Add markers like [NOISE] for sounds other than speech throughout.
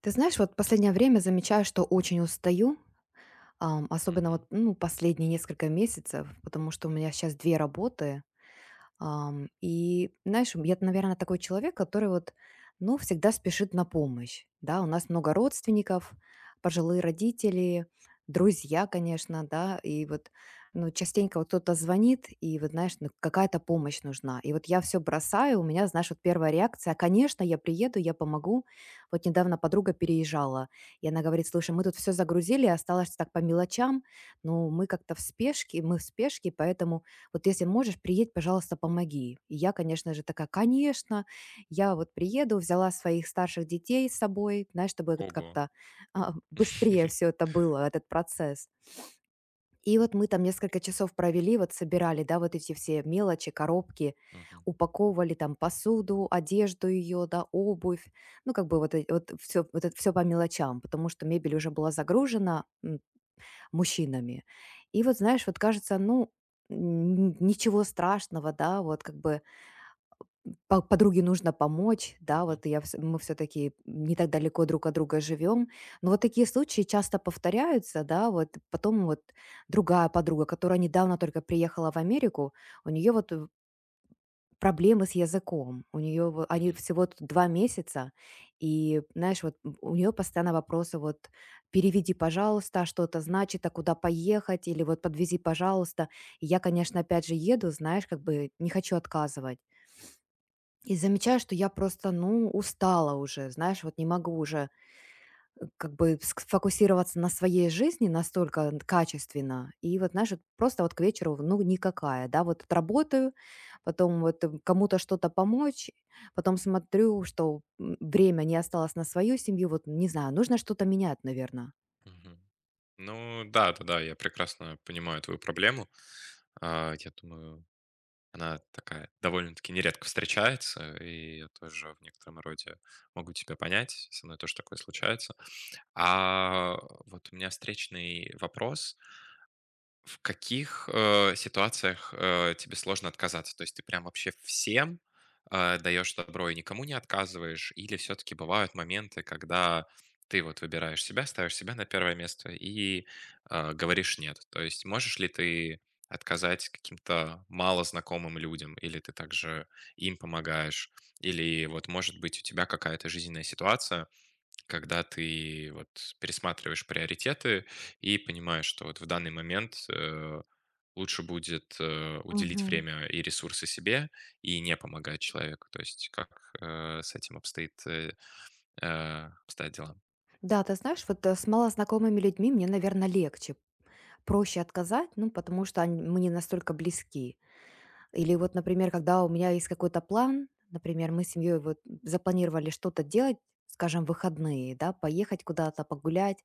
Ты знаешь, вот последнее время замечаю, что очень устаю, особенно вот, Мгм. ну, последние несколько месяцев, потому что у меня сейчас две работы. И знаешь, я, наверное, такой человек, который вот, ну, всегда спешит на помощь. Да, у нас много родственников, пожилые родители, друзья, конечно, да, и вот, ну, частенько вот кто-то звонит, и вот, знаешь, ну, какая-то помощь нужна. И вот я все бросаю, у меня, знаешь, вот первая реакция, конечно, я приеду, я помогу. Вот недавно подруга переезжала, и она говорит, слушай, мы тут все загрузили, осталось так по мелочам, но мы как-то в спешке, мы в спешке, поэтому вот если можешь, приедь, пожалуйста, помоги. И я, конечно же, такая, конечно, я вот приеду, взяла своих старших детей с собой, знаешь, чтобы это Ого. как-то [LAUGHS] быстрее все это было, этот процесс. И вот мы там несколько часов провели, вот собирали, да, вот эти все мелочи, коробки, Мгм. упаковывали там посуду, одежду ее, да, обувь, ну, как бы вот, вот все, вот это все по мелочам, потому что мебель уже была загружена, мужчинами. И вот, знаешь, вот кажется, ну, ничего страшного, да, вот как бы подруге нужно помочь, да, Мгм. вот мы все-таки не так далеко друг от друга живем, но вот такие случаи часто повторяются, да, вот потом вот другая подруга, которая недавно только приехала в Америку, у нее вот проблемы с языком. У нее во они Мгм. всего тут 2 месяца, и, знаешь, вот у нее постоянно вопросы вот: "Переведи, пожалуйста, а что это значит, а куда поехать?" Или вот: "Подвези, пожалуйста". И я, конечно, опять же еду, знаешь, как бы не хочу отказывать. И замечаю, что я просто, ну, устала уже, знаешь, вот не могу уже как бы сфокусироваться на своей жизни настолько качественно, и вот, знаешь, вот просто вот к вечеру, ну, никакая, да, вот отработаю, потом вот кому-то что-то помочь, потом смотрю, что время не осталось на свою семью, вот, не знаю, нужно что-то менять, наверное. Мгм. Ну да, да-да, я прекрасно понимаю твою проблему. Я думаю, она такая довольно-таки нередко встречается, и я тоже в некотором роде могу тебя понять, со мной тоже такое случается. А вот у меня встречный вопрос. В каких, ситуациях, тебе сложно отказаться? То есть ты прям вообще всем, даешь добро и никому не отказываешь? Или все таки бывают моменты, когда ты вот выбираешь себя, ставишь себя на первое место и, говоришь "нет"? То есть можешь ли ты отказать каким-то малознакомым людям, или ты также им помогаешь? Или вот, может быть, у тебя какая-то жизненная ситуация, когда ты вот пересматриваешь приоритеты и понимаешь, что вот в данный момент лучше будет уделить Мгм. время и ресурсы себе и не помогать человеку. То есть как, с этим обстоит, обстоят дела? Да, ты знаешь, вот с малознакомыми людьми мне, наверное, легче, проще отказать, ну, потому что они мне настолько близки. Или вот, например, когда у меня есть какой-то план, например, мы с семьей вот запланировали что-то делать, скажем, в выходные, да, поехать куда-то погулять,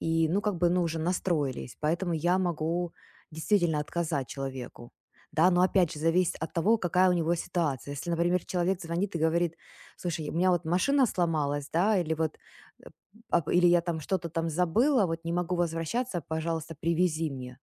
и, ну, как бы, ну, уже настроились, поэтому я могу действительно отказать человеку. Да, но опять же, зависит от того, какая у него ситуация. Если, например, человек звонит и говорит, слушай, у меня вот машина сломалась, да, или вот, э, или я там что-то там забыла, вот не могу возвращаться, пожалуйста, привези мне.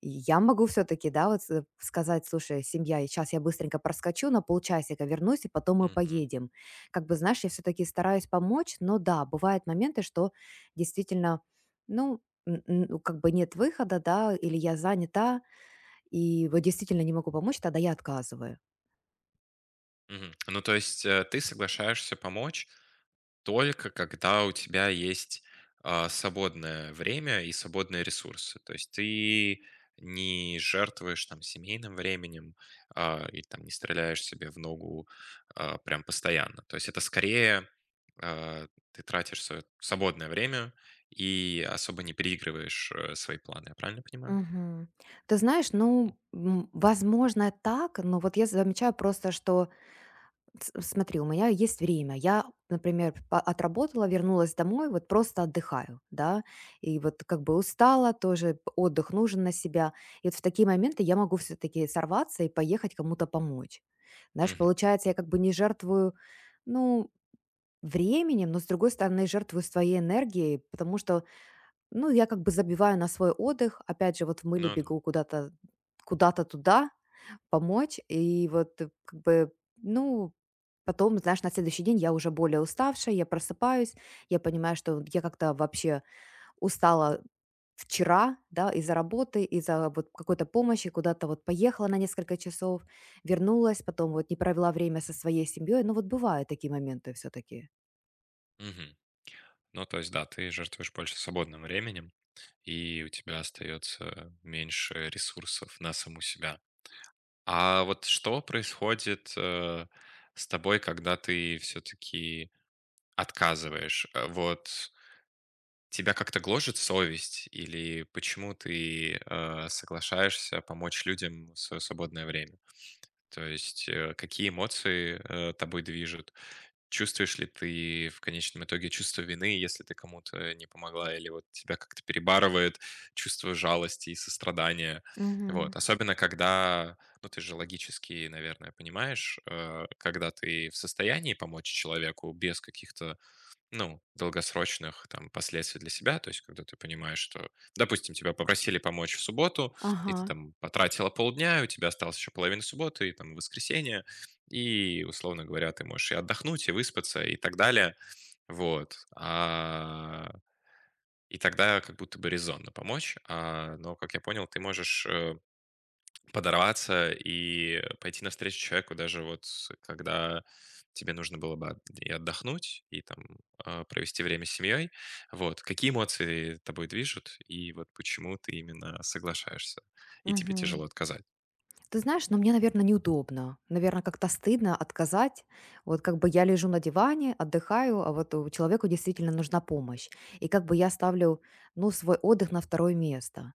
И я могу все-таки, да, вот сказать, слушай, семья, сейчас я быстренько проскочу, на полчасика вернусь, и потом мы Мгм. поедем. Как бы, знаешь, я все-таки стараюсь помочь, но да, бывают моменты, что действительно, ну, ну, как бы нет выхода, да, или я занята, и вот действительно не могу помочь, тогда я отказываю. Мгм. Ну, то есть, ты соглашаешься помочь только когда у тебя есть, свободное время и свободные ресурсы. То есть ты не жертвуешь там семейным временем, и там не стреляешь себе в ногу, прям постоянно. То есть это скорее, а, ты тратишь свое свободное время и особо не переигрываешь, свои планы. Я правильно понимаю? Мгм. Ты знаешь, М. ну, возможно, так, но вот я замечаю просто, что С смотри, у меня есть время. Я, например, по отработала, вернулась домой, вот просто отдыхаю, да, и вот как бы устала тоже, п отдых нужен на себя. И вот в такие моменты я могу все таки сорваться и поехать кому-то помочь. Знаешь, Мгм. получается, я как бы не жертвую, ну, временем, но, с другой стороны, жертвую своей энергией, потому что, ну, я как бы забиваю на свой отдых. Опять же, вот в мыле Ну да. бегу куда-то туда, помочь. И вот, как бы, ну, потом, знаешь, на следующий день я уже более уставшая, я просыпаюсь, я понимаю, что я как-то вообще устала вчера, да, из-за работы, из-за вот какой-то помощи, куда-то вот поехала на несколько часов, вернулась, потом вот не провела время со своей семьей. Ну вот бывают такие моменты все-таки. Мгм. Ну, то есть, да, ты жертвуешь больше свободным временем, и у тебя остается меньше ресурсов на саму себя. А вот что происходит, с тобой, когда ты все-таки отказываешь? Вот тебя как-то гложет совесть, или почему ты соглашаешься помочь людям в свое свободное время? То есть, какие эмоции тобой движут? Чувствуешь ли ты в конечном итоге чувство вины, если ты кому-то не помогла, или вот тебя как-то перебарывает чувство жалости и сострадания? Мгм. Вот, особенно когда, ну, ты же логически, наверное, понимаешь, когда ты в состоянии помочь человеку без каких-то, ну, долгосрочных там последствий для себя. То есть, когда ты понимаешь, что, допустим, тебя попросили помочь в субботу, и Ага. ты там потратила полдня, и у тебя осталось еще половина субботы, и там воскресенье, и, условно говоря, ты можешь и отдохнуть, и выспаться, и так далее. Вот. И тогда как будто бы резонно помочь. Но, как я понял, ты можешь, подорваться и пойти навстречу человеку, даже вот с когда тебе нужно было бы от и отдохнуть, и там, провести время с семьей. Вот. Какие эмоции тобой движут, и вот почему ты именно соглашаешься, и тебе Мгм. тяжело отказать? Ты знаешь, но мне, наверное, неудобно. Наверное, как-то стыдно отказать. Вот как бы я лежу на диване, отдыхаю, а вот у человеку действительно нужна помощь. И как бы я ставлю, ну, свой отдых на второе место.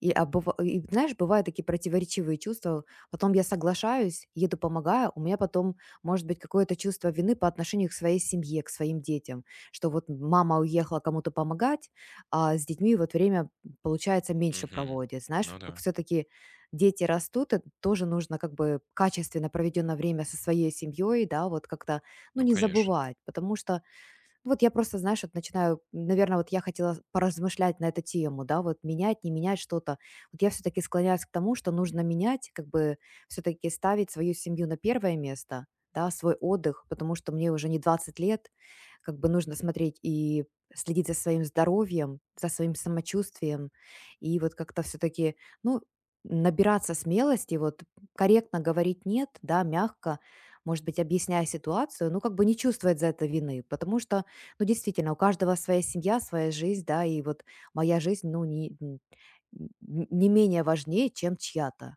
И, знаешь, бывают такие противоречивые чувства. Потом я соглашаюсь, еду, помогаю. У меня потом может быть какое-то чувство вины по отношению к своей семье, к своим детям, что вот мама уехала кому-то помогать, а с детьми вот время, получается, меньше Мгм. проводит. Знаешь, Ну как да, все-таки дети растут, и тоже нужно как бы качественно проведенное время со своей семьей, да, вот как-то, ну, ну не конечно. забывать, потому что вот я просто, знаешь, вот начинаю, наверное, вот я хотела поразмышлять на эту тему, да, вот менять, не менять что-то. Вот я все-таки склоняюсь к тому, что нужно менять, как бы все-таки ставить свою семью на первое место, да, свой отдых, потому что мне уже не 20 лет, как бы нужно смотреть и следить за своим здоровьем, за своим самочувствием, и вот как-то все-таки, ну, набираться смелости, вот корректно говорить нет, да, мягко, может быть, объясняя ситуацию, ну, как бы не чувствовать за это вины, потому что ну, действительно, у каждого своя семья, своя жизнь, да, и вот моя жизнь, ну, не, н- н- не менее важнее, чем чья-то.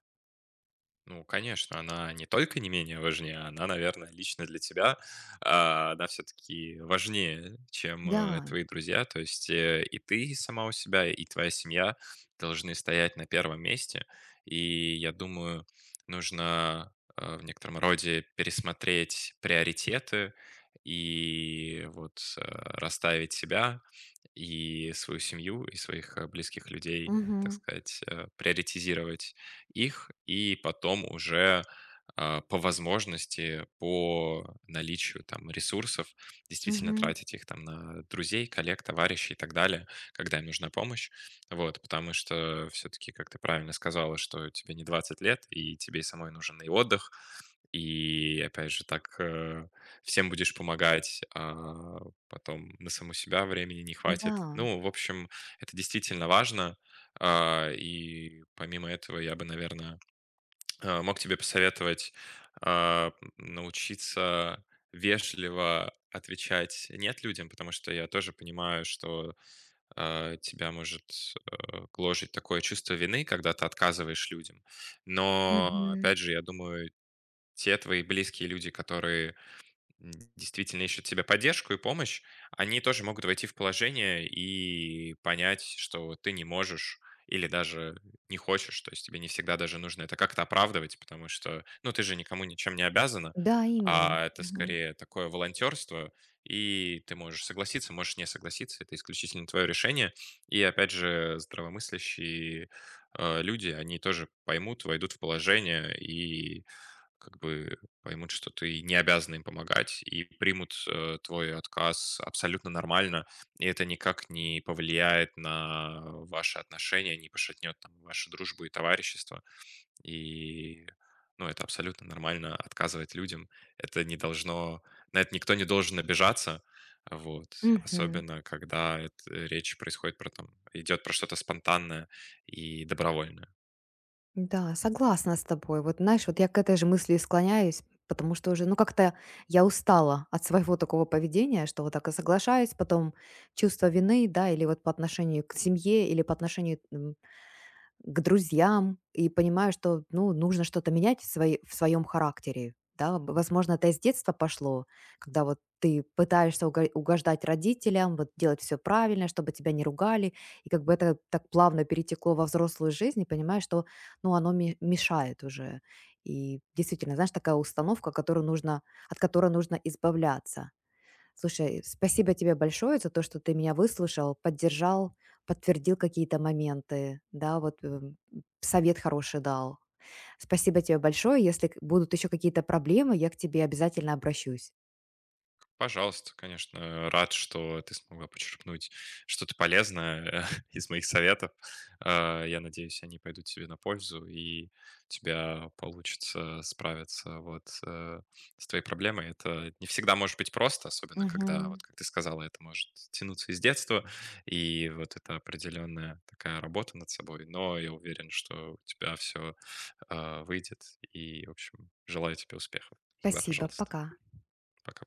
Ну, конечно, она не только не менее важнее, она, наверное, лично для тебя, она все-таки важнее, чем, Да, твои друзья. То есть, и ты сама у себя, и твоя семья должны стоять на первом месте. И я думаю, нужно, в некотором роде пересмотреть приоритеты и вот расставить себя и свою семью, и своих близких людей, так мгм, сказать, приоритизировать их и потом уже, по возможности, по наличию там ресурсов, действительно мгм, тратить их там на друзей, коллег, товарищей и так далее, когда им нужна помощь. Вот, потому что все-таки, как ты правильно сказала, что тебе не 20 лет, и тебе и самой нужен и отдых, и, опять же, так, всем будешь помогать, а потом на саму себя времени не хватит. да, Ну, в общем, это действительно важно, и помимо этого я бы, наверное, [TSK] мог тебе посоветовать, а, научиться вежливо отвечать "нет" людям, потому что я тоже понимаю, что, тебя может, гложить такое чувство вины, когда ты отказываешь людям. Но мгм, опять же, я думаю, те твои близкие люди, которые действительно ищут себе поддержку и помощь, они тоже могут войти в положение и понять, что ты не можешь или даже не хочешь, то есть тебе не всегда даже нужно это как-то оправдывать, потому что, ну, ты же никому ничем не обязана, да, именно. а это Мгм, скорее такое волонтерство, и ты можешь согласиться, можешь не согласиться, это исключительно твое решение. И опять же, здравомыслящие люди, они тоже поймут, войдут в положение и как бы поймут, что ты не обязан им помогать, и примут твой отказ абсолютно нормально, и это никак не повлияет на ваши отношения, не пошатнет там вашу дружбу и товарищество. И ну, это абсолютно нормально отказывать людям. Это не должно, на это никто не должен обижаться. Вот. мгм. Особенно, когда речь происходит про там, идет про что-то спонтанное и добровольное. Да, согласна с тобой. Вот знаешь, вот я к этой же мысли и склоняюсь, потому что уже, ну, как-то я устала от своего такого поведения, что вот так и соглашаюсь, потом чувство вины, да, или вот по отношению к семье, или по отношению к друзьям и понимаю, что, ну, нужно что-то менять в своем характере. Да? Возможно, это из детства пошло, когда вот ты пытаешься угождать родителям, вот делать все правильно, чтобы тебя не ругали, и как бы это так плавно перетекло во взрослую жизнь, и понимаешь, что, ну, оно мешает уже. И действительно, знаешь, такая установка, которую нужно, от которой нужно избавляться. Слушай, спасибо тебе большое за то, что ты меня выслушал, поддержал, подтвердил какие-то моменты, да, вот совет хороший дал. Спасибо тебе большое. Если будут еще какие-то проблемы, я к тебе обязательно обращусь. Пожалуйста, конечно, рад, что ты смогла почерпнуть что-то полезное [LAUGHS] из моих советов. Я надеюсь, они пойдут тебе на пользу, и у тебя получится справиться вот, с твоей проблемой. Это не всегда может быть просто, особенно когда, Мгм. вот как ты сказала, это может тянуться из детства, и вот это определенная такая работа над собой. Но я уверен, что у тебя все выйдет, и, в общем, желаю тебе успехов. Всегда Спасибо, пожалуйста. пока. Пока.